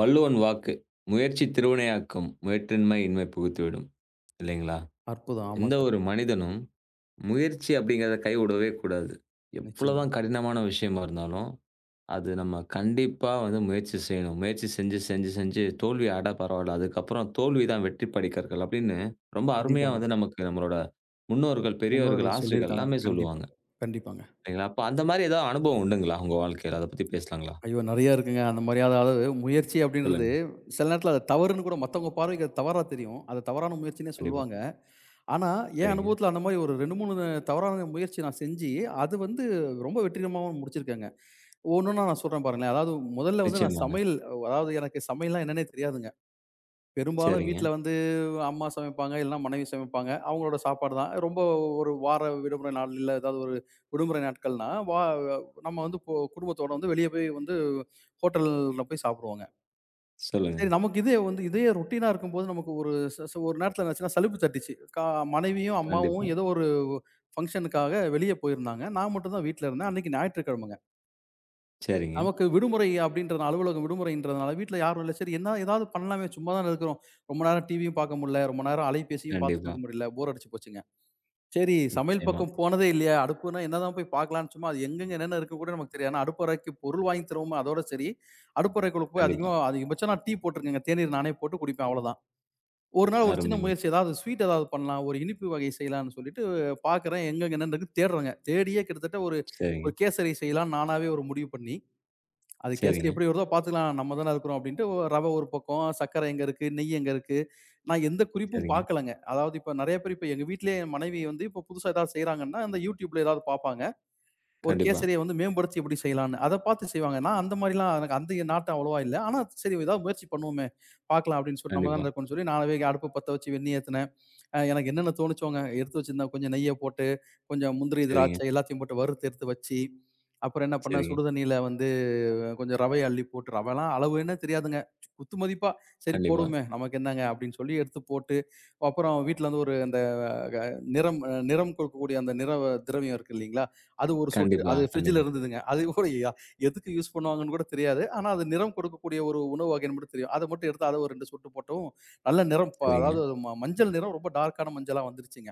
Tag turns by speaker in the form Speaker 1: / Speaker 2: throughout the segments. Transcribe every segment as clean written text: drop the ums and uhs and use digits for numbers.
Speaker 1: வள்ளுவன் வாக்கு, "முயற்சி திருவினையாக்கும், முயற்றின்மை இன்மை புகுத்திவிடும்" இல்லைங்களா?
Speaker 2: அற்புதம்! ஆமா
Speaker 1: எந்த
Speaker 2: சார்.
Speaker 1: ஒரு மனிதனும் முயற்சி அப்படிங்கிறத கைவிடவே கூடாது.
Speaker 2: நிச்சயமா.
Speaker 1: எவ்வளோதான் கடினமான விஷயமா இருந்தாலும், அது நம்ம கண்டிப்பா வந்து முயற்சி செய்யணும். முயற்சி செஞ்சு, செஞ்சு, செஞ்சு தோல்வி அட பரவால்ல. அதுக்கப்புறம் "தோல்வி தான் வெற்றி படிக்கற்கள்" அப்படின்னு ரொம்ப அருமையா
Speaker 2: கண்டிப்பாங்க.
Speaker 1: வந்து நமக்கு நம்மளோட முன்னோர்கள், பெரியோர்கள்,
Speaker 2: முன்னோர்கள்
Speaker 1: ஆசிரியர்கள்
Speaker 2: சொல்லியிருக்காங்க.
Speaker 1: எல்லாமே
Speaker 2: கண்டிப்பா.
Speaker 1: சொல்லுவாங்க.
Speaker 2: கண்டிப்பாங்க.
Speaker 1: இல்லைங்களா? அப்ப அந்த மாரி ஏதாவது அனுபவம் உண்டுங்களா உங்க வாழ்க்கையில? அத பத்தி பேசலாங்களா?
Speaker 2: ஐயோ! நெறைய இருக்குங்க. அந்த மாரி அதாவது முயற்சி அப்படின்றது
Speaker 1: சொல்லுங்க.
Speaker 2: சில நேரத்தில அது தவறுன்னு கூட மத்தவங்க பார்வைக்கு அது தவறா தெரியும். அது தவறான முயற்சின்னே
Speaker 1: கண்டிப்பா.
Speaker 2: சொல்லுவாங்க. ஆனா, என்
Speaker 1: சரிங்க.
Speaker 2: அனுபவத்தில அந்த மாரி ஒரு 2, 3 தவறான முயற்சி நான் செஞ்சு, அது வந்து ரொம்ப வெற்றிகரமாவும் முடிச்சிருக்கேங்க. ஒவ்வொண்ணா நான் சொல்றேன் பாருங்களேன். அதாவது முதல்ல வந்து நான்
Speaker 1: நிச்சயமாங்க.
Speaker 2: சமையல் அதாவது எனக்கு சமையல்னா என்னன்னே தெரியாதுங்க. பெரும்பாலும்
Speaker 1: சரிங்க.
Speaker 2: வீட்ல வந்து அம்மா சமைப்பாங்க, இல்லன்னா மனைவி சமைப்பாங்க. அவங்களோட சாப்பாடு தான். ரொம்ப ஒரு வார விடுமுறை நாள், இல்ல ஏதாவது ஒரு விடுமுறை நாட்கள்னா, நம்ம வந்து இப்போ குடும்பத்தோட வந்து வெளிய போய் வந்து ஹோட்டல்ல போய் சாப்பிடுவோங்க.
Speaker 1: சொல்லுங்க.
Speaker 2: சரி நமக்கு இதே வந்து இதே ரொட்டீனா இருக்கும்போது, நமக்கு ஒரு ச ச ஒரு நேரத்துல என்னாச்சுன்னா சலுப்பு தட்டிச்சு. மனைவியும், அம்மாவும்
Speaker 1: கண்டிப்பா.
Speaker 2: ஏதோ ஒரு ஃபங்ஷனுக்காக வெளிய போயிருந்தாங்க. நான் மட்டும் தான் வீட்ல இருந்தேன். அன்னைக்கு ஞாயிற்றுக்கிழமைங்க.
Speaker 1: சரிங்க.
Speaker 2: நமக்கு விடுமுறை அப்படின்றதுனால அலுவலகம் விடுமுறைன்றதுனால வீட்ல யாரும் இல்ல. சரி என்ன ஏதாவது பண்ணலாமே! சும்மா தான இருக்கிறோம். ரொம்ப நேரம் டிவியும் பார்க்க முடியல. ரொம்ப நேரம் அலைபேசியும் பார்த்துட்டு
Speaker 1: கண்டிப்பா.
Speaker 2: இருக்க முடியல. போர் அடிச்சு போச்சுங்க. சரி சமையல்
Speaker 1: நிச்சயமா.
Speaker 2: பக்கம் போனதே இல்லையா? அடுப்புனா என்னதான் போய் பார்க்கலான்னு சும்மா அது எங்கெங்க என்னென்ன இருக்கு கூட நமக்கு தெரியாது. ஆனா அடுப்பறைக்கு பொருள் வாங்கி தருவோமா அதோட சரி. அடுப்பறைக்குள்ள போய்
Speaker 1: கண்டிப்பா.
Speaker 2: அதிகமா அதிகபட்சம் நான் டீ போட்டுருக்கேங்க. தேநீர் நானே போட்டு குடிப்பேன் அவ்வளோதான். ஒரு நாள் ஒரு சின்ன
Speaker 1: அருமைங்க.
Speaker 2: முயற்சி ஏதாவது ஸ்வீட் ஏதாவது பண்ணலாம். ஒரு இனிப்பு வகை செய்யலான்னு சொல்லிட்டு பார்க்குறேன். எங்கெங்க என்னென்ன இருக்குன்னு தேடுறேங்க. தேடியே கிட்டத்தட்ட ஒரு
Speaker 1: சரிங்க,
Speaker 2: ஒரு கேசரி செய்யலான்னு நானாவே ஒரு முடிவு பண்ணி அது கெஸ்ட்
Speaker 1: சரிங்க,
Speaker 2: எப்படி வருதோ பார்த்துக்கலாம். நம்ம தானே இருக்கிறோம் அப்டின்ட்டு ரவ ஒரு பக்கம், சர்க்கரை எங்க இருக்கு? நெய் எங்க இருக்கு? நான் எந்த குறிப்பும்
Speaker 1: சரிங்க.
Speaker 2: பார்க்கலங்க. அதாவது இப்ப நெறைய பேர் இப்ப எங்க வீட்லயே என் மனைவி வந்து இப்ப புதுசா ஏதாவது செய்றாங்கன்னா, அந்த YouTubeல ஏதாவது பார்ப்பாங்க. ஒரு
Speaker 1: கண்டிப்பா,
Speaker 2: கேசரிய வந்து மேம்படுத்தி எப்படி செய்யலான்னு. அத பார்த்து செய்வாங்க. நான் அந்த மாரிலாம் எனக்கு அந்த நாட்டம் அவ்வளவா இல்ல. ஆனா சரி ஏதாவது முயற்சி பண்ணுவோமே! பார்க்கலாம் அப்டின்னு சொல்லி நம்ம
Speaker 1: கண்டிப்பா.
Speaker 2: தானே இருக்கோம்ன்னு சொல்லி நானாவே அடுப்பு பத்த வச்சு வெந்நீர் ஏத்துனேன். எனக்கு என்னென்ன தோணுச்சோங்க, எடுத்து வச்சிருந்தேன் கொஞ்சம் நெய்ய போட்டு, கொஞ்சம் முந்திரி,
Speaker 1: சரிங்க,
Speaker 2: திராட்சை எல்லாத்தையும் போட்டு வறுத்து எடுத்து வச்சு, அப்புறம் என்ன பண்ணேன்,
Speaker 1: சரிங்க.
Speaker 2: சுடு தண்ணீல வந்து கொஞ்சம் ரவைய அள்ளி போட்டு ரவைலாம் அளவு என்ன தெரியாதுங்க. குத்து மதிப்பா, "சரி
Speaker 1: கண்டிப்பா,
Speaker 2: போடுவோமே, நமக்கு என்னங்க?" அப்படின்னு சொல்லி எடுத்து போட்டு, அப்புறம் வீட்ல வந்து ஒரு அந்த க நிறம் நிறம் கொடுக்கக்கூடிய அந்த நிற திரவியம் இருக்கு இல்லைங்களா? அது ஒரு சொட்டு
Speaker 1: கண்டிப்பா,
Speaker 2: அது
Speaker 1: கண்டிப்பா.
Speaker 2: ஃப்ரிட்ஜ்ல இருந்ததுங்க. அது கூட எதுக்கு யூஸ் பண்ணுவாங்கன்னு கூட தெரியாது. ஆனா, அது நிறம் கொடுக்கக்கூடிய ஒரு உணவு வகைன்னு மட்டும் தெரியும். அத மட்டும் எடுத்து அத ஒரு 2 சொட்டு போட்டவும், நல்ல நிறம்
Speaker 1: சரிங்க.
Speaker 2: அதாவது அது மஞ்சள் நிறம் ரொம்ப டார்க்கான மஞ்சளா வந்துருச்சுங்க.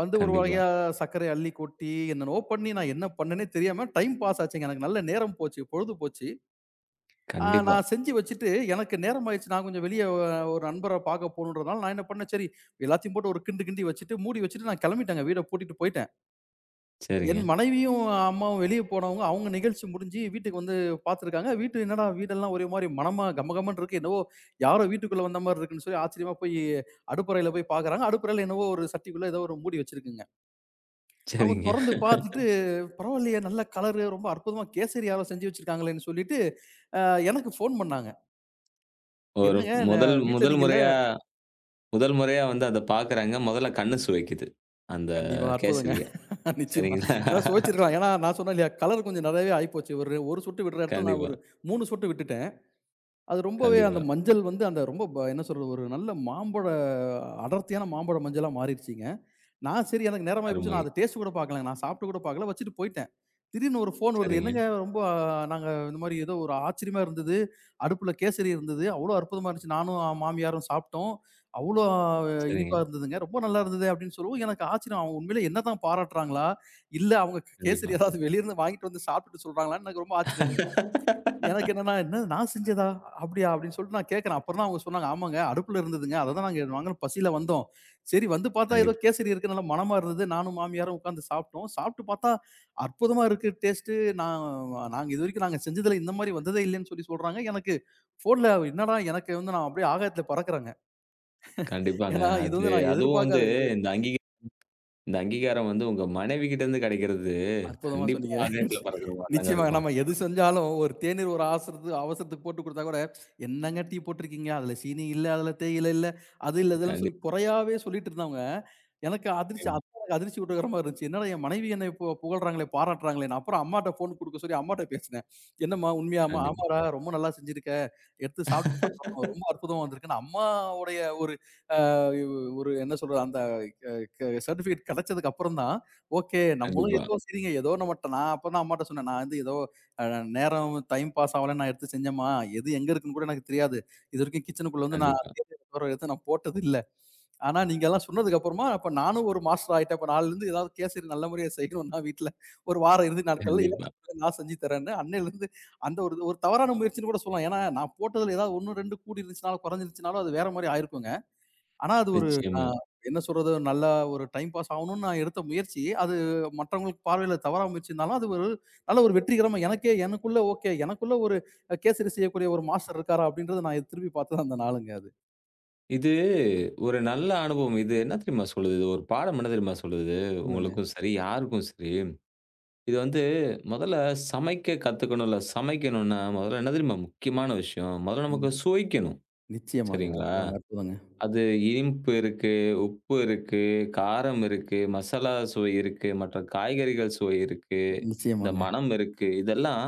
Speaker 2: வந்து ஒரு
Speaker 1: கண்டிப்பா,
Speaker 2: வகையா சர்க்கரைய அள்ளி கொட்டி, என்னென்னவோ பண்ணி நான் என்ன பண்ணேன்னே தெரியாம டைம் பாஸ் ஆச்சுங்க. எனக்கு நல்ல நேரம் போச்சு, பொழுது போச்சு.
Speaker 1: கண்டிப்பா.
Speaker 2: நான் செஞ்சு வச்சுட்டு எனக்கு நேரம் ஆயிருச்சு. நான் கொஞ்சம் வெளிய ஒரு நண்பர பார்க்க போணுன்றதுனால நான் என்ன பண்ணேன், சரி எல்லாத்தையும் போட்டு ஒரு கிண்டு கிண்டி வச்சுட்டு, மூடி வச்சுட்டு நான் கிளம்பிட்டேங்க. வீட பூட்டிட்டு போயிட்டேன்.
Speaker 1: சரிங்க,
Speaker 2: என் மனைவியும், அம்மாவும் வெளிய போனவங்க. அவங்க நிகழ்ச்சி முடிஞ்சு வீட்டுக்கு வந்து பார்த்துருக்காங்க. வீட்டு என்னடா வீடெல்லாம் ஒரே மாரி மணமா கம கமன்னு இருக்கு. என்னவோ யாரோ வீட்டுக்குள்ள வந்த மாரி இருக்குன்னு சொல்லி ஆச்சரியமா போய் அடுப்பறையில போய் பார்க்குறாங்க. அடுப்பறையில என்னவோ ஒரு சட்டிக்குள்ள ஏதோ ஒரு மூடி வச்சிருக்குங்க. அவங்க
Speaker 1: சரிங்க.
Speaker 2: தொறந்து பார்த்துட்டு, பரவாயில்லையே! நல்ல கலரு ரொம்ப அற்புதமா கேசரி யாரோ செஞ்சு வச்சிருக்காங்களேன்னு சொல்லிட்டு, அ எனக்கு ஃபோன் பண்ணாங்க.
Speaker 1: ஒரு
Speaker 2: "என்னங்க
Speaker 1: முதல்
Speaker 2: வீட்ல
Speaker 1: முதல்
Speaker 2: நீங்க இல்ல?"
Speaker 1: முறையா முதல் முறையா வந்து அத பார்க்குறாங்க. முதல்ல கண்ணு சுவைக்குது. அந்த
Speaker 2: கண்டிப்பா அற்புதங்க.
Speaker 1: கேசரிய.
Speaker 2: நிச்சயமா.
Speaker 1: சரிங்களா?
Speaker 2: ஏன்னா சுவைச்சிருக்கலாம். ஏன்னா நான் சொன்னேன் இல்லையா, கலர் கொஞ்சம் நெறையவே ஆயிப்போச்சு. ஒரு 1 சொட்டு விடுற இடத்துல நான்
Speaker 1: கண்டிப்பா,
Speaker 2: ஒரு 3 சொட்டு விட்டுட்டேன். அது ரொம்பவே அந்த
Speaker 1: கண்டிப்பா.
Speaker 2: மஞ்சள் வந்து அந்த ரொம்ப என்ன சொல்றது? ஒரு நல்ல மாம்பழ அடர்த்தியான மாம்பழ மஞ்சளா மாறிடுச்சுங்க. நான் சரி எனக்கு நேரமாயி போச்சு.
Speaker 1: அருமை.
Speaker 2: நான் அத டேஸ்ட் கூட பார்க்கலங்க. நான் சாப்பிட்டு கூட பார்க்கல. வச்சுட்டு போயிட்டேன். திடீர்னு ஒரு ஃபோன் வருது.
Speaker 1: சரிங்க,
Speaker 2: "என்னங்க ரொம்ப நாங்க இந்த மாரி ஏதோ ஒரு ஆச்சரியமா இருந்தது. அடுப்புல கேசரி இருந்தது. அவ்ளோ அற்புதமா இருந்துச்சு. நானும் மாமியாரும் சாப்பிட்டோம். அவ்ளோ
Speaker 1: சரிங்க.
Speaker 2: இனிப்பா இருந்ததுங்க. ரொம்ப நல்லா இருந்தது." அப்படின்னு சொல்லவும் எனக்கு ஆச்சரியம். அவங்க உண்மையிலேயே என்னதான் பாராட்டுறாங்களா? இல்ல அவங்க
Speaker 1: கண்டிப்பா.
Speaker 2: கேசரி ஏதாவது வெளிய இருந்து வாங்கிட்டு வந்து சாப்பிட்டுட்டு சொல்றாங்களான்னு எனக்கு ரொம்ப ஆச்சரியங்க. எனக்கு என்னன்னா, "என்ன நான் செஞ்சதா? அப்படியா?" அப்படின்னு சொல்லிட்டு நான் கேட்கிறேன். அப்புறம் தான் அவங்க சொன்னாங்க, "ஆமாங்க, அடுப்புல இருந்ததுங்க. அத தான் நாங்க வாங்கன்னு பசியில வந்தோம். சரி வந்து பார்த்தா ஏதோ
Speaker 1: கண்டிப்பா.
Speaker 2: கேசரி இருக்கு. நல்ல மணமா இருந்தது. நானும் மாமியாரும் உட்கார்ந்து சாப்பிட்டோம். சாப்பிட்டு பார்த்தா அற்புதமா இருக்கு டேஸ்ட்டு. நான் நாங்க இதுவரைக்கும் நாங்க செஞ்சதுல இந்த மாரி வந்ததே இல்லைன்னு" சொல்லி சொல்றாங்க. எனக்கு ஃபோன்ல என்னடா எனக்கு வந்து நான் அப்படியே ஆகாயத்துல பறக்குறேங்க.
Speaker 1: கண்டிப்பாங்க.
Speaker 2: ஏன்னா, இது
Speaker 1: அது
Speaker 2: வந்து நான்
Speaker 1: அதுவும் வந்து
Speaker 2: எதிர்பார்க்காத இது.
Speaker 1: இந்த அங்கீக இந்த அங்கீகாரம் வந்து உங்க மனைவிகிட்ட இருந்து கிடைக்கிறது,
Speaker 2: அற்புதமா
Speaker 1: கண்டிப்பா
Speaker 2: சொன்னீங்க.
Speaker 1: ஆகாயத்துல பறக்கிற மாரி தாங்க
Speaker 2: நிச்சயமா.
Speaker 1: இருக்கும்.
Speaker 2: நம்ம எது செஞ்சாலும் ஒரு தேநீர் ஒரு அவசரத்து அவசரத்துக்கு போட்டு குடுத்தா கூட, "என்னங்க டீ போட்டுருக்கீங்க? அதுல சீனி இல்ல, அதுல தேயிலை இல்ல, அது இல்ல இதுலன்னு" சொல்லி
Speaker 1: கண்டிப்
Speaker 2: குறையாவே சொல்லிட்டு இருந்தவங்க, எனக்கு அதிர்ச்சி அதான் எனக்கு அதிர்ச்சி ஊட்டுகிற மாரி இருந்துச்சு. என்னடா என் மனைவி என்னை புகழ்றாங்களே, பாராட்டுறாங்களேன்னு. அப்புறம் அம்மாட்ட ஃபோன் குடுக்க சொல்லி அம்மாட்ட பேசினேன். "என்னம்மா உண்மையாம்மா?"
Speaker 1: கண்டிப்பா,
Speaker 2: "ஆமாடா ரொம்ப நல்லா செஞ்சிருக்க. எடுத்து சாப்பிட்டு பார்த்தோம். ரொம்ப அற்புதமா வந்திருக்குன்னு" அம்மாவுடைய ஒரு ஒரு என்ன சொல்றது, அந்த சர்டிஃபிகேட் கிடைச்சதுக்கு அப்புறம் தான், ஓகே நம்மளும்
Speaker 1: கண்டிப்பா,
Speaker 2: ஏதோ சரிங்க ஏதோ நம்மட்ட நான் அப்பதான் அம்மாட்ட சொன்னேன். நான் வந்து ஏதோ அ நேரம் டைம் பாஸ் ஆவலன்னு நான் எடுத்து செஞ்சேம்மா. எது எங்க இருக்குன்னு கூட எனக்கு தெரியாது. இதுவரைக்கும் கிச்சனுக்குள்ள வந்து நான்
Speaker 1: கண்டிப்பா,
Speaker 2: தேடி தவிர எடுத்து நான் போட்டது இல்ல. ஆனா நீங்க எல்லாம் சொன்னதுக்கு அப்புறமா, அப்ப நானும் ஒரு மாஸ்டர் ஆயிட்டேன். அப்ப நாளைலருந்து ஏதாவது கேசரி நல்ல முறையா செய்யணும்னா வீட்ல ஒரு வார இறுதி நாட்கள்ல
Speaker 1: கண்டிப்பா.
Speaker 2: ஏதாவது நான் செஞ்சு தரேன்னு அன்னையிலருந்து அந்த ஒரு ஒரு தவறான முயற்சின்னு கூட சொல்லலாம். ஏன்னா நான் போட்டதுல ஏதாவது 1, 2 கூடி இருந்துச்சுனாலும், குறைஞ்சிருச்சுனாலும் அது வேற மாரி ஆயிருக்குங்க. ஆனா அது ஒரு அ
Speaker 1: நிச்சயமா.
Speaker 2: என்ன சொல்றது? நல்லா ஒரு டைம் பாஸ் ஆவணும்னு நான் எடுத்த முயற்சி. அது மற்றவங்களுக்கு பார்வையில தவறா முயற்சினாலும், அது ஒரு நல்ல ஒரு வெற்றிகரமா எனக்கே எனக்குள்ள ஓகே. எனக்குள்ள ஒரு கேசரி செய்யக்கூடிய ஒரு மாஸ்டர் இருக்காரா? அப்படின்றத நான் திரும்பி பார்த்தது அந்த நாளுங்க அது.
Speaker 1: இது ஒரு நல்ல அனுபவம். இது என்ன தெரியுமா சொல்லுது? இது ஒரு பாடம் என்ன தெரியுமா சொல்லுது?
Speaker 2: சொல்லுங்க.
Speaker 1: உங்களுக்கும் சரி, யாருக்கும் சரி, இது வந்து முதல்ல சமைக்க கத்துக்கணும், இல்ல சமைக்கணும்னா, முதல்ல என்ன தெரியுமா முக்கியமான விஷயம்? முதல்ல நமக்கு
Speaker 2: கண்டிப்பா.
Speaker 1: சுவைக்கணும்.
Speaker 2: நிச்சயமாங்க.
Speaker 1: சரிங்களா?
Speaker 2: அற்புதங்க, அற்புதங்க.
Speaker 1: அது இனிப்பு இருக்கு, உப்பு இருக்கு, காரம் இருக்கு, மசாலா சுவை இருக்கு, மற்ற காய்கறிகள் சுவை இருக்கு, இந்த
Speaker 2: நிச்சயமாங்க,
Speaker 1: மணம் இருக்கு. இதெல்லாம்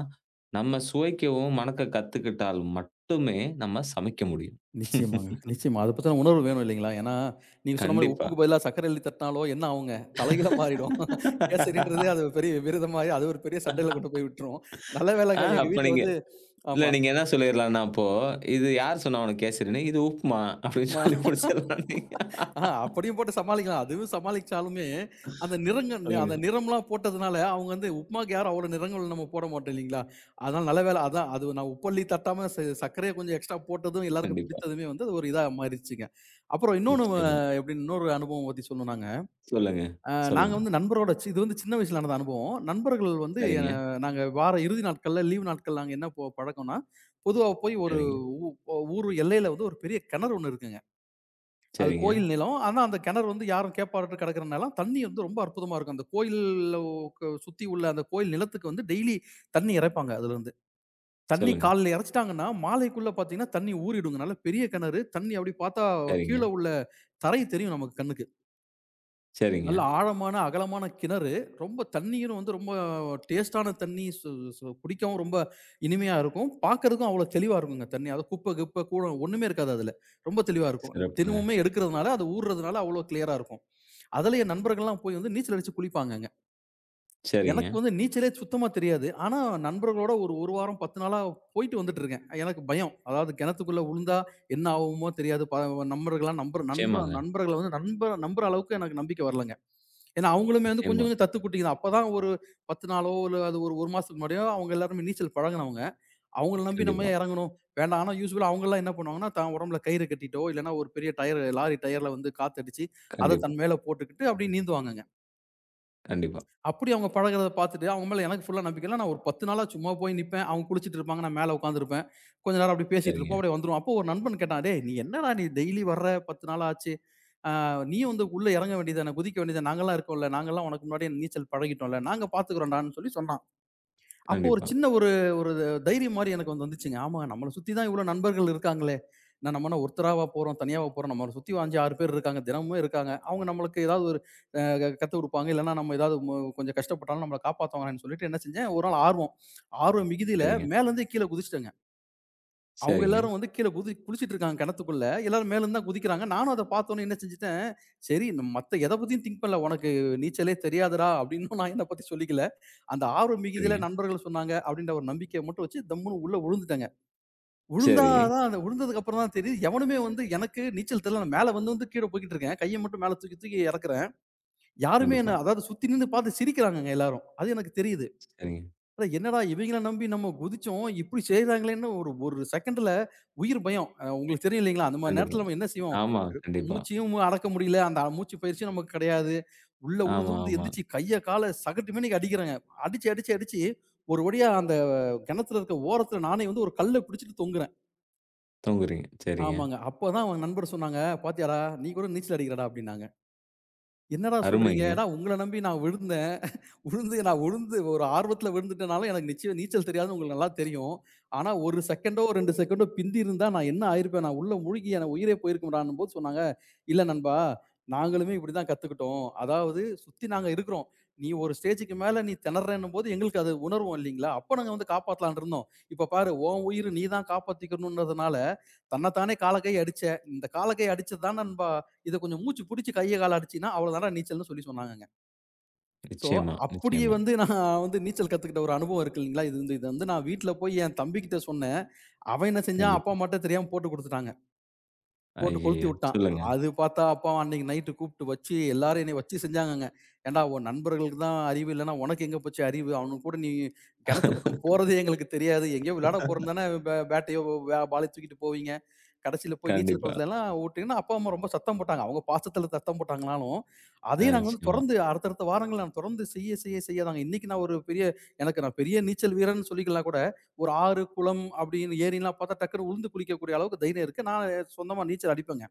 Speaker 1: நம்ம சுவைக்கவும், மணக்க கத்துக்கிட்டால் மட்டுமே நம்ம சமைக்க முடியும்.
Speaker 2: நிச்சயமாங்க, நிச்சயமா. அத பத்தின உணர்வு வேணும் இல்லைங்களா? ஏன்னா, நீங்க சொன்ன மாரி
Speaker 1: கண்டிப்பா.
Speaker 2: உப்புக்கு பதிலா சர்க்கரை எழுதி தட்டினாலோ என்ன ஆவுங்க? தலைகீழா மாறிடும். கேசரின்றதே அது ஒரு பெரிய விரதம் மாரி அது ஒரு பெரிய சண்டையில கொண்டு போய் விட்டுரும். நல்ல
Speaker 1: ஆ
Speaker 2: வேளைங்க எங்க
Speaker 1: அப்ப
Speaker 2: வீட்ல
Speaker 1: நீங்க
Speaker 2: வந்து
Speaker 1: இல்ல
Speaker 2: ஆமா.
Speaker 1: நீங்க என்ன சொல்லிர்லான்னா அப்போ, "இது யார் சொன்னா உனக்கு கேசரின்னு?" "இது உப்புமா" அப்படின்னு
Speaker 2: உப்புமா
Speaker 1: சொல்லி முடிச்சிரலாம் நீங்க.
Speaker 2: ஆஹா, அப்படியும் போட்டு சமாளிக்கலாம். அதுவும் சமாளிச்சாலுமே, அந்த நிறங்க
Speaker 1: சொல்லுங்க.
Speaker 2: அந்த நிறம்லாம் போட்டதுனால, அவங்க வந்து உப்புமாக்கு யாரும் அவ்வளோ நிறங்கள் நம்ம போட மாட்டோம் இல்லைங்களா? அதனால நல்ல வேளை அதான் அது நான் உப்பள்ளி தட்டாம சர்க்கரைய கொஞ்சம் எக்ஸ்ட்ரா போட்டதும் எல்லாருக்கும்
Speaker 1: கண்டிப்பா.
Speaker 2: பிடித்ததுமே வந்து அது ஒரு இதா மாறிடுச்சுங்க. அப்புறம் இன்னொன்னு
Speaker 1: நிச்சயமா.
Speaker 2: எப்படின்னு இன்னொரு அனுபவம் பத்தி சொல்லணும்னாங்க,
Speaker 1: சொல்லுங்க,
Speaker 2: அ நாங்க
Speaker 1: சொல்லுங்க.
Speaker 2: வந்து நண்பரோட இது வந்து சின்ன வயசுல நடந்த அனுபவம். நண்பர்கள் வந்து
Speaker 1: சரிங்க,
Speaker 2: நாங்க வார இறுதி நாட்கள்ல, லீவு நாட்கள்ல நாங்க என்ன பழக்கம்ன்னா, பொதுவா போய் ஒரு
Speaker 1: சரிங்க, சரிங்க,
Speaker 2: ஊ ஊர் எல்லையில வந்து ஒரு பெரிய கிணறு ஒண்ணு இருக்குங்க. அது
Speaker 1: சரிங்க.
Speaker 2: கோயில் நிலம். ஆனா, அந்த கிணறு வந்து யாரும் கேப்பாரட்டு கிடக்கிறனால, தண்ணி வந்து ரொம்ப அற்புதமா இருக்கும். அந்த கோயில்ல சுத்தி உள்ள அந்த கோயில் நிலத்துக்கு வந்து டெய்லி தண்ணி இறைப்பாங்க அதுலருந்து. தண்ணி
Speaker 1: சொல்லுங்க.
Speaker 2: காலைல இறைச்சுட்டாங்கன்னா, மாலைக்குள்ள பாத்தீங்கன்னா, தண்ணி ஊறிடுங்க. நல்ல பெரிய கிணறு. தண்ணி அப்படி பாத்தா,
Speaker 1: சரிங்க,
Speaker 2: கீழ உள்ள தரை தெரியும் நமக்கு கண்ணுக்கு.
Speaker 1: சரிங்க.
Speaker 2: நல்ல ஆழமான, அகலமான கிணறு. ரொம்ப தண்ணீரும் வந்து ரொம்ப டேஸ்ட்டான தண்ணி. சு சு குடிக்கவும் ரொம்ப இனிமையா இருக்கும். பார்க்கறதுக்கும் அவ்வளோ தெளிவா இருக்குங்க தண்ணி. அது குப்ப, கிப்ப கூட ஒண்ணுமே இருக்காது அதுல. ரொம்ப தெளிவா இருக்கும்.
Speaker 1: சிறப்புங்க.
Speaker 2: தினமுமே எடுக்கிறதுனால, அது ஊர்றதுனால அவ்வளோ கிளியரா இருக்கும். அதுல என் நண்பர்கள்லாம் போய் வந்து நீச்சல் அடிச்சு குளிப்பாங்கங்க.
Speaker 1: சரிங்க.
Speaker 2: எனக்கு வந்து நீச்சலே சுத்தமா தெரியாது. ஆனா, நண்பர்களோட ஒரு 1 வாரம் 10 நாளா போயிட்டு வந்துட்டு இருக்கேன். எனக்கு பயம். அதாவது கிணத்துக்குள்ள விழுந்தா என்ன ஆகுமோ தெரியாது. நண்பர்கள்லாம் நம்புற
Speaker 1: நிச்சயமாங்க.
Speaker 2: நண்பர்கள வந்து நம்புற அளவுக்கு எனக்கு நம்பிக்கை வரலங்க. ஏன்னா, அவங்களுமே வந்து
Speaker 1: நிச்சயமா.
Speaker 2: கொஞ்சம் கொஞ்சம் தத்துக்குட்டிங்க தான். அப்பதான் ஒரு 10 நாளோ இல்ல அது ஒரு 1 மாசத்துக்கு முன்னாடியோ அவங்க எல்லாருமே நீச்சல் பழகுனவங்க. அவங்கள நம்பி நம்ம
Speaker 1: கண்டிப்பா,
Speaker 2: ஏன் இறங்கணும்? வேண்டாம். ஆனா, யூசுவலா அவங்கலாம் என்ன பண்ணுவாங்கன்னா, தான் உடம்புல கயிறு கட்டிட்டோ, இல்லன்னா ஒரு பெரிய டயர் லாரி டயர்ல வந்து காத்தடிச்சு, அத
Speaker 1: கண்டிப்பா,
Speaker 2: தன் மேல போட்டுக்கிட்டு அப்படியே நீந்துவாங்கங்க.
Speaker 1: கண்டிப்பா.
Speaker 2: அப்படி அவங்க பழகுறத பார்த்துட்டு, அவங்க மேல எனக்கு ஃபுல்லா நம்பிக்கை இல்ல. நான் ஒரு 10 நாளா சும்மா போய் நிப்பேன். அவங்க குளிச்சிட்டு இருப்பாங்க. நான் மேல உட்கார்ந்திருப்பேன். கொஞ்ச நேரம் அப்படியே பேசிட்டு இருப்போம்.
Speaker 1: சரிங்க.
Speaker 2: அப்படியே வந்துருவோம். அப்போ ஒரு நண்பன் கேட்டான், "டேய்! நீ என்னடா நீ டெய்லி வர்ற 10 நாள் ஆச்சு. நீயும் வந்து உள்ள இறங்க வேண்டியதுதானே! குதிக்க வேண்டியதுதானே! நாங்கலாம் இருக்கோம்ல. நாங்கலாம் உனக்கு முன்னாடியே நீச்சல் பழகிட்டோம்ல. நாங்க பார்த்துக்கிறோம்டான்னு" சொல்லி சொன்னான். அப்போ ஒரு
Speaker 1: கண்டிப்பா.
Speaker 2: சின்ன ஒரு ஒரு தைரியம் மாரி எனக்கு வந்து வந்துச்சுங்க. ஆமா, நம்மள சுத்தி தான் இவ்வளோ நண்பர்கள் இருக்காங்களே! நான் நம்ம என்ன ஒருத்தராவா போறோம், தனியாவா போறோம். நம்மள சுத்தி ஒரு 5, 6 பேர் இருக்காங்க. தினமுமே இருக்காங்க. அவங்க நம்மளுக்கு ஏதாவது கத்து குடுப்பாங்க. இல்லன்னா, நம்ம ஏதாவது கொஞ்சம் கஷ்டப்பட்டாலும் நம்மள காப்பாத்துவாங்கன்னு சொல்லிட்டு என்ன செஞ்சேன், ஒரு நாள் ஆர்வம். ஆர்வம் மிகுதியில
Speaker 1: சரிங்க,
Speaker 2: மேலருந்து கீழ குதிச்சுட்டேங்க. அவங்க
Speaker 1: சரிங்க,
Speaker 2: எல்லாரும் வந்து கீழ குதி குளிச்சுட்டு இருக்காங்க கிணத்துக்குள்ள. எல்லாரும் மேலருந்து தான் குதிக்கிறாங்க. நானும் அத பார்த்தோனே என்ன செஞ்சுட்டேன், "சரி மத்த எத பத்தியும் திங்க் பண்ணல. உனக்கு நீச்சலே தெரியாதுடா" அப்படின்னு நான் என்ன பத்தி சொல்லிக்கல. அந்த ஆர்வம் மிகுதியில
Speaker 1: சரிங்க.
Speaker 2: நண்பர்கள் சொன்னாங்க அப்படின்ற ஒரு நம்பிக்கைய மட்டும் வச்சு தம்முன்னு உள்ள விழுந்துட்டேங்க. விழுந்தா
Speaker 1: சரி.
Speaker 2: தான் அந்த விழுந்ததுக்கு அப்புறம் தான் தெரியுது, எவனுமே வந்து எனக்கு நீச்சல் தெரியல. நான் மேல வந்து வந்து கீழ போய்க்கிட்டு இருக்கேன். கைய மட்டும் மேல தூக்கி தூக்கி இறக்குறேன். யாருமே
Speaker 1: கண்டிப்பா.
Speaker 2: என்ன அதாவது சுத்தி நின்னு பார்த்து சிரிக்கிறாங்கங்க எல்லாரும். அது எனக்கு தெரியுது.
Speaker 1: சரிங்க.
Speaker 2: அதான் என்னடா இவைங்கள நம்பி நம்ம குதிச்சோம். இப்படி செய்றாங்களேன்னு ஒரு ஒரு செகண்ட்ல உயிர் பயம். உங்களுக்கு தெரியும் இல்லைங்களா? அந்த மாரி
Speaker 1: கண்டிப்பா.
Speaker 2: நேரத்துல நம்ம என்ன செய்வோம்?
Speaker 1: ஆமா. கண்டிப்பா.
Speaker 2: மூச்சையும் அடக்க முடியல. அந்த மூச்சு பயிற்சியும் நமக்கு கிடையாது. உள்ள உழுந்து
Speaker 1: ஆமா,
Speaker 2: உழுந்து
Speaker 1: ஆமா.
Speaker 2: எந்திரிச்சு கைய, கால சகட்டுமேனிக்கு அடிக்கிறாங்க. அடிச்சு, அடிச்சு, அடிச்சு ஒரு வழியா அந்த கிணத்துல இருக்க ஓரத்துல நானே வந்து ஒரு கல்ல பிடிச்சுட்டு தொங்குறேன்.
Speaker 1: தூங்குறீங்க. சரிங்க.
Speaker 2: ஆமாங்க. அப்பதான் அவன் நண்பர் சொன்னாங்க, "பாத்தியாடா! நீ கூட நீச்சல் அடிக்கிறடா" அப்படின்னாங்க. "என்னடா சொல்றீங்க?
Speaker 1: அருமைங்க.
Speaker 2: ஏன்னா உங்கள நம்பி நான் விழுந்து உழுந்து நான் உழுந்து ஒரு ஆர்வத்துல விழுந்துட்டனால எனக்கு நிச்சயம் நீச்சல் தெரியாதுன்னு உங்களுக்கு நல்லா தெரியும். ஆனா 1 செகண்டோ, 2 செகண்டோ பிந்தி இருந்தா நான் என்ன ஆயிருப்பேன்? நான் உள்ள முழுகி என் உயிரே போயிருக்கும்டான்னும்போது சொன்னாங்க, "இல்ல நண்பா, நாங்களுமே இப்படிதான் கத்துக்கிட்டோம். அதாவது சுத்தி நாங்க இருக்கிறோம். நீ ஒரு ஸ்டேஜ்க்கு மேல நீ திணர்றன்னும்போது எங்களுக்கு அது உணர்வோம் இல்லீங்களா? அப்ப நாங்க வந்து காப்பாத்தலாம்ன்னு இருந்தோம். இப்ப பாரு, உன் உயிர நீ தான் காப்பாத்திக்கணும்ன்றதுனால, தன்ன தானே கால, கை அடிச்ச. இந்த கால, கை அடிச்சது தான் நண்பா. இத கொஞ்சம் மூச்சு புடிச்சு கைய, கால அடிச்சீன்னா அவ்வளவுதான்டா நீச்சல்ன்னு" சொல்லி சொன்னாங்கங்க. ஸோ,
Speaker 1: நிச்சயமா,
Speaker 2: அப்படியே
Speaker 1: நிச்சயமா.
Speaker 2: வந்து நான் வந்து நீச்சல் கத்துக்கிட்ட ஒரு அனுபவம் இருக்கு இல்லீங்களா? இது வந்து இத வந்து நான் வீட்ல போய் என் தம்பிகிட்ட சொன்னேன். அவன் என்ன செஞ்சான், அப்பா
Speaker 1: கண்டிப்பா.
Speaker 2: அம்மாட்ட தெரியாம போட்டு குடுத்துட்டாங்க. போட்டு கொளுத்தி
Speaker 1: ஐயய்யோ!
Speaker 2: விட்டான்.
Speaker 1: சொல்லுங்க.
Speaker 2: அது பார்த்தா அப்பா அன்னைக்கு நைட்டு கூப்பிட்டு வச்சு எல்லாரும் என்னைய வச்சு செஞ்சாங்கங்க. "ஏன்டா உன் நண்பர்களுக்கு தான் அறிவு இல்லன்னா, உனக்கு எங்க போச்சு அறிவு? அவனுங்க கூட நீ கிணத்து பக்கம் போறதே எங்களுக்கு தெரியாது. எங்கேயோ விளையாட போறோம் தானே பேட்டையோ, பாலையோ தூக்கிட்டு போவீங்க. கடைசியில போய் நீச்சல்
Speaker 1: கண்டிப்பா.
Speaker 2: குளத்துலலாம் விட்டீங்கன்னா" அப்பா, அம்மா ரொம்ப சத்தம் போட்டாங்க. அவங்க பாசத்துல சத்தம் போட்டாங்கனாலும், அதையும் நாங்க வந்து
Speaker 1: நிச்சயமா,
Speaker 2: தொடர்ந்து அடுத்தடுத்த வாரங்கள்ல நான் தொடர்ந்து செய்ய, செய்ய, செய்ய தாங்க இன்னைக்கு நான் ஒரு பெரிய எனக்கு நான் பெரிய நீச்சல் வீரன்னு சொல்லிக்கலாம் கூட. ஒரு ஆறு, குளம் அப்படின்னு ஏரிலாம் பார்த்தா டக்குன்னு உழுந்து குளிக்கக்கூடிய அளவுக்கு தைரியம் இருக்கு. நான் சொந்தமா நீச்சல் அடிப்பேங்க.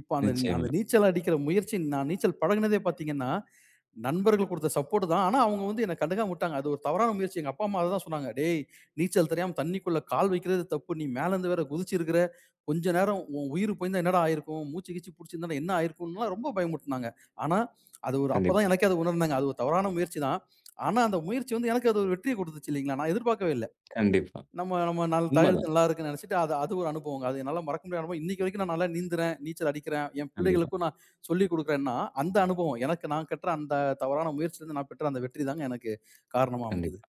Speaker 2: இப்ப அந்த
Speaker 1: நிச்சயமா.
Speaker 2: அந்த நீச்சல் அடிக்கிற முயற்சி நான் நீச்சல் பழகுனதே பார்த்தீங்கன்னா, நண்பர்கள் குடுத்த சப்போர்ட் தான். ஆனா அவங்க வந்து என்ன கண்டுக்காம விட்டாங்க. அது ஒரு தவறான முயற்சி. எங்க அப்பா, அம்மா அததான் சொன்னாங்க. "டேய்! நீச்சல் தெரியாம தண்ணிக்குள்ள கால் வைக்கிறது தப்பு. நீ மேலருந்து வேற குதிச்சிருக்கிற. கொஞ்ச நேரம் உன் உயிர் போயிருந்தா என்னடா ஆயிருக்கும்? மூச்சு கீச்சு புடிச்சிருந்தா என்ன ஆயிருக்கும்ன்லாம்" ரொம்ப பயமுறுத்துனாங்க. ஆனா, அது ஒரு அப்பதான்
Speaker 1: கண்டிப்பா,
Speaker 2: எனக்கே அத உணர்ந்தேங்க. அது ஒரு தவறான முயற்சி தான். ஆனா, அந்த முயற்சி வந்து எனக்கு அது ஒரு வெற்றிய குடுத்துச்சு இல்லீங்களா? நான் எதிர்பார்க்கவே இல்ல.
Speaker 1: கண்டிப்பா.
Speaker 2: நம்ம நம்ம நல்ல தழுத்து
Speaker 1: உண்மதான்.
Speaker 2: நல்லா இருக்குன்னு நினைச்சிட்டு, அது அது ஒரு அனுபவங்க. அது என்னால மறக்க முடியாத அனுபவம். இன்னைக்கு வரைக்கும் நான் நல்லா நீந்துறேன், நீச்சல் அடிக்கிறேன். என்
Speaker 1: கண்டிப்பா,
Speaker 2: பிள்ளைகளுக்கும் நான் சொல்லிக் குடுக்குறேன்னா, அந்த அனுபவம் எனக்கு நான் கற்ற அந்த தவறான முயற்சியிலருந்து நான் பெற்ற அந்த வெற்றி தாங்க எனக்கு காரணமா அமைஞ்சது.
Speaker 1: கண்டிப்பா.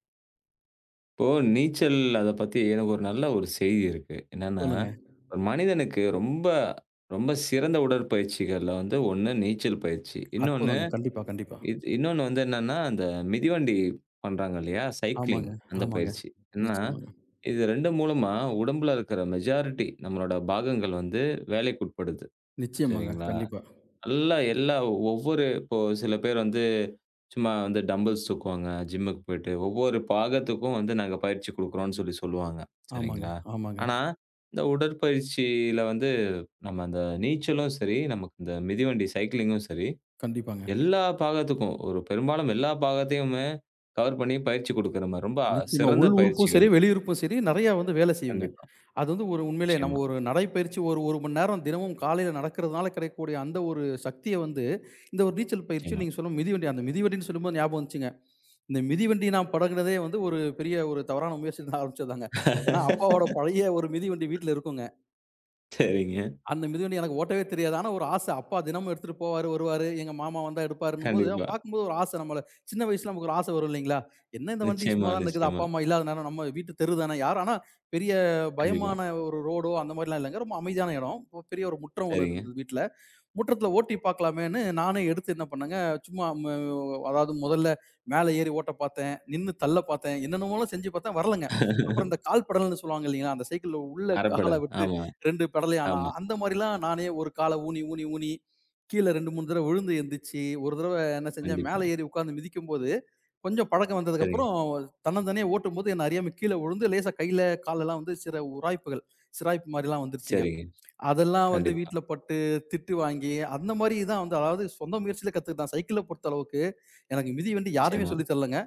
Speaker 1: இப்போ நீச்சல் அத பத்தி எனக்கு ஒரு நல்ல ஒரு செய்தி இருக்கு. என்னன்னா,
Speaker 2: சொல்லுங்க.
Speaker 1: ஒரு மனிதனுக்கு ரொம்ப, ரொம்ப சிறந்த உடற்பயிற்சிகள்ல வந்து ஒண்ணு நீச்சல் பயிற்சி. இன்னொன்னு
Speaker 2: அற்புதங்க. கண்டிப்பா, கண்டிப்பா.
Speaker 1: இன்னொன்னு வந்து என்னன்னா, அந்த மிதிவண்டி பண்றாங்க இல்லையா?
Speaker 2: ஆமாங்க,
Speaker 1: சைக்கிளிங் அந்த
Speaker 2: ஆமாங்க.
Speaker 1: பயிற்சி. என்னன்னா,
Speaker 2: நிச்சயமாங்க,
Speaker 1: இது 2 மூலமா உடம்புல இருக்கிற மெஜாரிட்டி நம்மளோட பாகங்கள் வந்து வேலைக்கு உட்படுது.
Speaker 2: நிச்சயமாங்க.
Speaker 1: சரிங்களா?
Speaker 2: கண்டிப்பா.
Speaker 1: நல்லா எல்லா ஒவ்வொரு இப்போ சில பேர் வந்து சும்மா வந்து டம்பிள்ஸ் தூக்குவாங்க. ஜிம்முக்கு போயிட்டு, ஒவ்வொரு பாகத்துக்கும் வந்து நாங்க பயிற்சி குடுக்குறோம்னு சொல்லி சொல்லுவாங்க.
Speaker 2: ஆமாங்க,
Speaker 1: சரிங்களா?
Speaker 2: ஆமாங்க.
Speaker 1: ஆனா, இந்த உடற்பயிற்சியில வந்து நம்ம அந்த நீச்சலும் சரி, நமக்கு இந்த மிதிவண்டி சைக்கிளிங்கும் சரி,
Speaker 2: கண்டிப்பாங்க.
Speaker 1: எல்லா பாகத்துக்கும் ஒரு பெரும்பாலும் எல்லா பாகத்தையுமே கவர் பண்ணி பயிற்சி குடுக்குற மாரி ரொம்ப
Speaker 2: நிச்சயமா.
Speaker 1: சிறந்த
Speaker 2: உள் உறுப்பும் சரி,
Speaker 1: பயிற்சிகள்.
Speaker 2: வெளி உறுப்பும் சரி, நெறையா வந்து வேலை செய்யுங்க.
Speaker 1: கண்டிப்பா.
Speaker 2: அது வந்து ஒரு உண்மையிலே நம்ம
Speaker 1: நிச்சயமா,
Speaker 2: ஒரு நடைப்பயிற்சி ஒரு 1 மணி நேரம் தினமும் காலையில நடக்கிறதுனால கிடைக்கக்கூடிய அந்த ஒரு சக்திய வந்து, இந்த ஒரு நீச்சல் பயிற்சி
Speaker 1: நிச்சயமா.
Speaker 2: நீங்க சொல்லும் மிதிவண்டி அந்த மிதிவண்டின்னு சொல்லும்போது ஞாபகம் வந்துச்சுங்க. இந்த மிதிவண்டி நான் பழகுனதே வந்து ஒரு பெரிய ஒரு தவறான முயற்சியில தான் ஆரம்பிச்சதுதாங்க. ஏன்னா, அப்பாவோட பழைய ஒரு மிதிவண்டி வீட்ல இருக்குங்க.
Speaker 1: சரிங்க.
Speaker 2: அந்த மிதிவண்டி எனக்கு ஓட்டவே தெரியாது. ஆனா ஒரு ஆசை. அப்பா தினமும் எடுத்துட்டு போவாரு, வருவாரு. எங்க மாமா வந்தா எடுப்பாருன்னும்போது,
Speaker 1: கண்டிப்பா.
Speaker 2: பார்க்கும்போது ஒரு ஆசை நம்மள. சின்ன வயசுல நமக்கு ஒரு ஆசை வரும் இல்லைங்களா? என்ன இந்த வண்டி
Speaker 1: நிச்சயமா,
Speaker 2: சும்மா தான இருக்குது.
Speaker 1: நிச்சயமா.
Speaker 2: அப்பா, அம்மா இல்லாத நேரம் நம்ம வீட்டு தெரு தான. யார் ஆனா பெரிய
Speaker 1: கண்டிப்பா.
Speaker 2: பயமான ஒரு ரோடோ அந்த மாரிலாம் இல்லங்க. ரொம்ப அமைதியான இடம். பெரிய ஒரு முற்றம் ஒண்ணு
Speaker 1: சரிங்க.
Speaker 2: இருந்தது வீட்ல. முற்றத்துல ஓட்டி பார்க்கலாமேன்னு நானே எடுத்து என்ன பண்ணேங்க, சும்மா அதாவது முதல்ல மேல ஏறி ஓட்ட பார்த்தேன், நின்னு தள்ள பார்த்தேன், என்னென்னமோலாம் செஞ்சு பார்த்தேன் வரலங்க. அப்புறம் இந்த கால் பெடல்ன்னு சொல்லுவாங்க இல்லைங்களா? அந்த சைக்கிள்ல உள்ள கால
Speaker 1: அறப்படை.
Speaker 2: விட்டு
Speaker 1: ஆமா,
Speaker 2: 2 பெடலையும் ஆனா
Speaker 1: ஆமா.
Speaker 2: அந்த மாரிலாம் நானே ஒரு கால ஊனி, ஊனி, ஊனி கீழ 2, 3 தடவ விழுந்து எந்திரிச்சு, ஒரு தடவ என்ன செஞ்சேன், மேல
Speaker 1: கண்டிப்பா.
Speaker 2: ஏறி உட்கார்ந்து மிதிக்கும்போது, கொஞ்சம் பழக்கம்
Speaker 1: சரிங்க,
Speaker 2: வந்ததுக்கப்புறம் தன்னந்தனியா ஓட்டும்போது என்ன அறியாம கீழ விழுந்து லேசா கையில, காலெல்லாம் வந்து சில உராய்ப்புகள், சிராய்ப்பு மாரிலாம் வந்துருச்சுங்க.
Speaker 1: சரிங்க.
Speaker 2: அதெல்லாம் வந்து
Speaker 1: கண்டிப்பா.
Speaker 2: வீட்ல பட்டு, திட்டு வாங்கி, அந்த மாரி தான் வந்து அதாவது சொந்த முயற்சியில கத்துக்கிட்டேன். சைக்கிள பொறுத்த அளவுக்கு, எனக்கு மிதிவண்டி யாருமே
Speaker 1: நிச்சயமா.
Speaker 2: சொல்லி தரலங்க.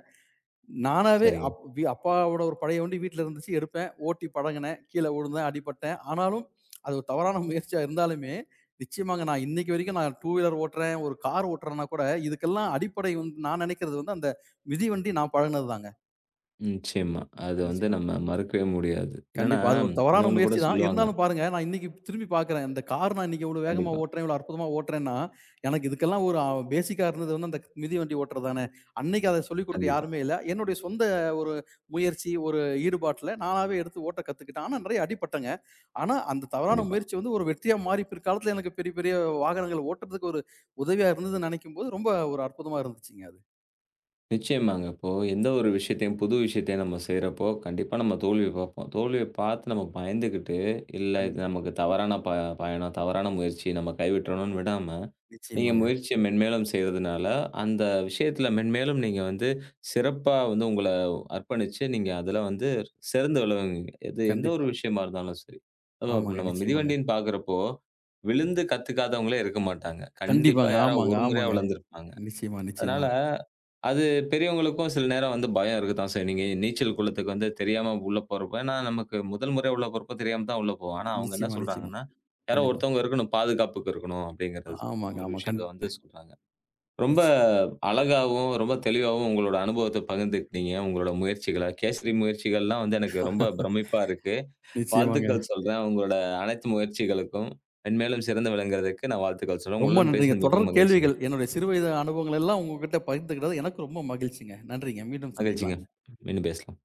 Speaker 2: நானாவே
Speaker 1: சரிங்க.
Speaker 2: அப்பாவோட ஒரு பழைய வண்டி வீட்ல இருந்துச்சு. எடுப்பேன், ஓட்டி பழகுனேன், கீழ விழுந்தேன், அடிபட்டேன். ஆனாலும், அது ஒரு தவறான முயற்சியா இருந்தாலுமே, நிச்சயமாங்க நான் இன்னைக்கு வரைக்கும் நான் 2 வீலர் ஓட்டுறேன், ஒரு கார் ஓட்டுறேன்னா கூட, இதுக்கெல்லாம் அடிப்படை வந்து நான் நெனைக்கிறது வந்து அந்த மிதிவண்டி நான் பழகுனது தாங்க.
Speaker 1: நிச்சயமா. அது வந்து
Speaker 2: நிச்சயமா.
Speaker 1: நம்ம மறுக்கவே முடியாது. என்னன்னா,
Speaker 2: கண்டிப்பா. அது ஒரு தவறான
Speaker 1: இன்னொன்னு கூட
Speaker 2: முயற்சி தான்.
Speaker 1: சொல்லுவாங்க.
Speaker 2: இருந்தாலும் பாருங்க, நான் இன்னைக்கு திரும்பி பார்க்குறேன். இந்த கார் நான் இன்னைக்கு இவ்வளோ வேகமா
Speaker 1: கண்டிப்பா,
Speaker 2: ஓட்டுறேன், இவ்வளோ அற்புதமா ஓட்டுறேன்னா, எனக்கு இதுக்கெல்லாம் ஒரு அ பேசிக்கா இருந்தது வந்து அந்த மிதிவண்டி ஓட்டுறது தானே. அன்னைக்கு அத சொல்லிக் குடுக்க
Speaker 1: கண்டிப்பா,
Speaker 2: யாருமே இல்ல. என்னுடைய சொந்த ஒரு முயற்சி, ஒரு ஈடுபாட்டுல நானாவே எடுத்து ஓட்ட கத்துக்கிட்டேன். ஆனா நெறைய அடிபட்டேங்க. ஆனா அந்த தவறான
Speaker 1: கண்டிப்பா.
Speaker 2: முயற்சி வந்து ஒரு வெற்றியா மாறி பிற்காலத்துல எனக்கு பெரிய, பெரிய வாகனங்கள் ஓட்டுறதுக்கு ஒரு உதவியா இருந்ததுன்னு நெனைக்கும்போது, ரொம்ப ஒரு அற்புதமா இருந்துச்சுங்க அது.
Speaker 1: நிச்சயமாங்க. இப்போ எந்த ஒரு விஷயத்தையும், புது விஷயத்தையும் நம்ம செய்றப்போ, கண்டிப்பா நம்ம தோல்விய பார்ப்போம். தோல்விய பார்த்து நம்ம பயந்துகிட்டு, இல்ல
Speaker 2: கண்டி
Speaker 1: இது நமக்கு தவறான ப பயணம், தவறான முயற்சி, நம்ம கைவிட்டுறணும்னு விடாம, நீங்க
Speaker 2: நிச்சயமாங்க.
Speaker 1: முயற்சிய மென்மேலும் செய்றதுனால, அந்த விஷயத்துல மென்மேலும் நீங்க வந்து சிறப்பா வந்து உங்கள அர்ப்பணிச்சு, நீங்க அதுல வந்து சிறந்து விளங்குவீங்க. எது எந்த ஒரு
Speaker 2: கண்டிப்பா.
Speaker 1: விஷயமா இருந்தாலும் சரி. அதுவும்
Speaker 2: ஆமாங்க.
Speaker 1: நம்ம
Speaker 2: நிச்சயமாங்க.
Speaker 1: மிதிவண்டின்னு பார்க்குறப்போ, விழுந்து கத்துக்காதவங்களே இருக்க மாட்டாங்க. கண்டிப்பா
Speaker 2: கண்டிப்பாங்க.
Speaker 1: யாரோ
Speaker 2: ஆமாங்க,
Speaker 1: ஒரு முறையா
Speaker 2: ஆமாங்க.
Speaker 1: விழுந்திருப்பாங்க.
Speaker 2: நிச்சயமா, நிச்சயமா.
Speaker 1: அதனால, அது பெரியவங்களுக்கும் சில நேரம் வந்து பயம் இருக்கத்தான் செய்யும். நீங்க நீச்சல் குளத்துக்கு வந்து தெரியாம உள்ள போறப்ப ஏன்னா நமக்கு முதல் முறையா உள்ள போறப்ப தெரியாம தான் உள்ள போவோம். ஆனா அவங்க என்ன
Speaker 2: நிச்சயமா, நிச்சயமா.
Speaker 1: சொல்றாங்கன்னா, யாரோ
Speaker 2: கண்டிப்பா.
Speaker 1: ஒருத்தவங்க இருக்கணும், பாதுகாப்புக்கு இருக்கணும் அப்படிங்கிறது
Speaker 2: ஆமாங்க,
Speaker 1: ஒரு
Speaker 2: ஆமா.
Speaker 1: விஷயத்த வந்து
Speaker 2: கண்டிப்பா.
Speaker 1: சொல்றாங்க. ரொம்ப
Speaker 2: நிச்ச
Speaker 1: அழகாவும், ரொம்ப தெளிவாவும் உங்களோட அனுபவத்த பகிர்ந்துக்கிட்டீங்க. உங்களோட முயற்சிகள, கேசரி முயற்சிகள்லாம் வந்து எனக்கு ரொம்ப பிரமிப்பா இருக்கு.
Speaker 2: நிச்சயமாங்க.
Speaker 1: வாழ்த்துக்கள் சொல்றேன். உங்களோட அனைத்து முயற்சிகளுக்கும் மென்மேலும் சிறந்து விளங்குறதுக்கு நான் வாழ்த்துக்கள் சொல்றேன்.
Speaker 2: ரொம்ப
Speaker 1: உங்களுடன்
Speaker 2: நன்றிங்க.
Speaker 1: பேசுனது
Speaker 2: தொடர்
Speaker 1: மிகவும் மகிழ்ச்சிங்க
Speaker 2: கேள்விகள், என்னுடைய சிறு வயது அனுபவங்கள் எல்லாம் உங்ககிட்ட பகிர்ந்துக்கிட்டது எனக்கு ரொம்ப மகிழ்ச்சிங்க. நன்றிங்க. மீண்டும்
Speaker 1: மகிழ்ச்சிங்க.
Speaker 2: சந்திக்கலாம்.
Speaker 1: மீண்டும் பேசலாம்.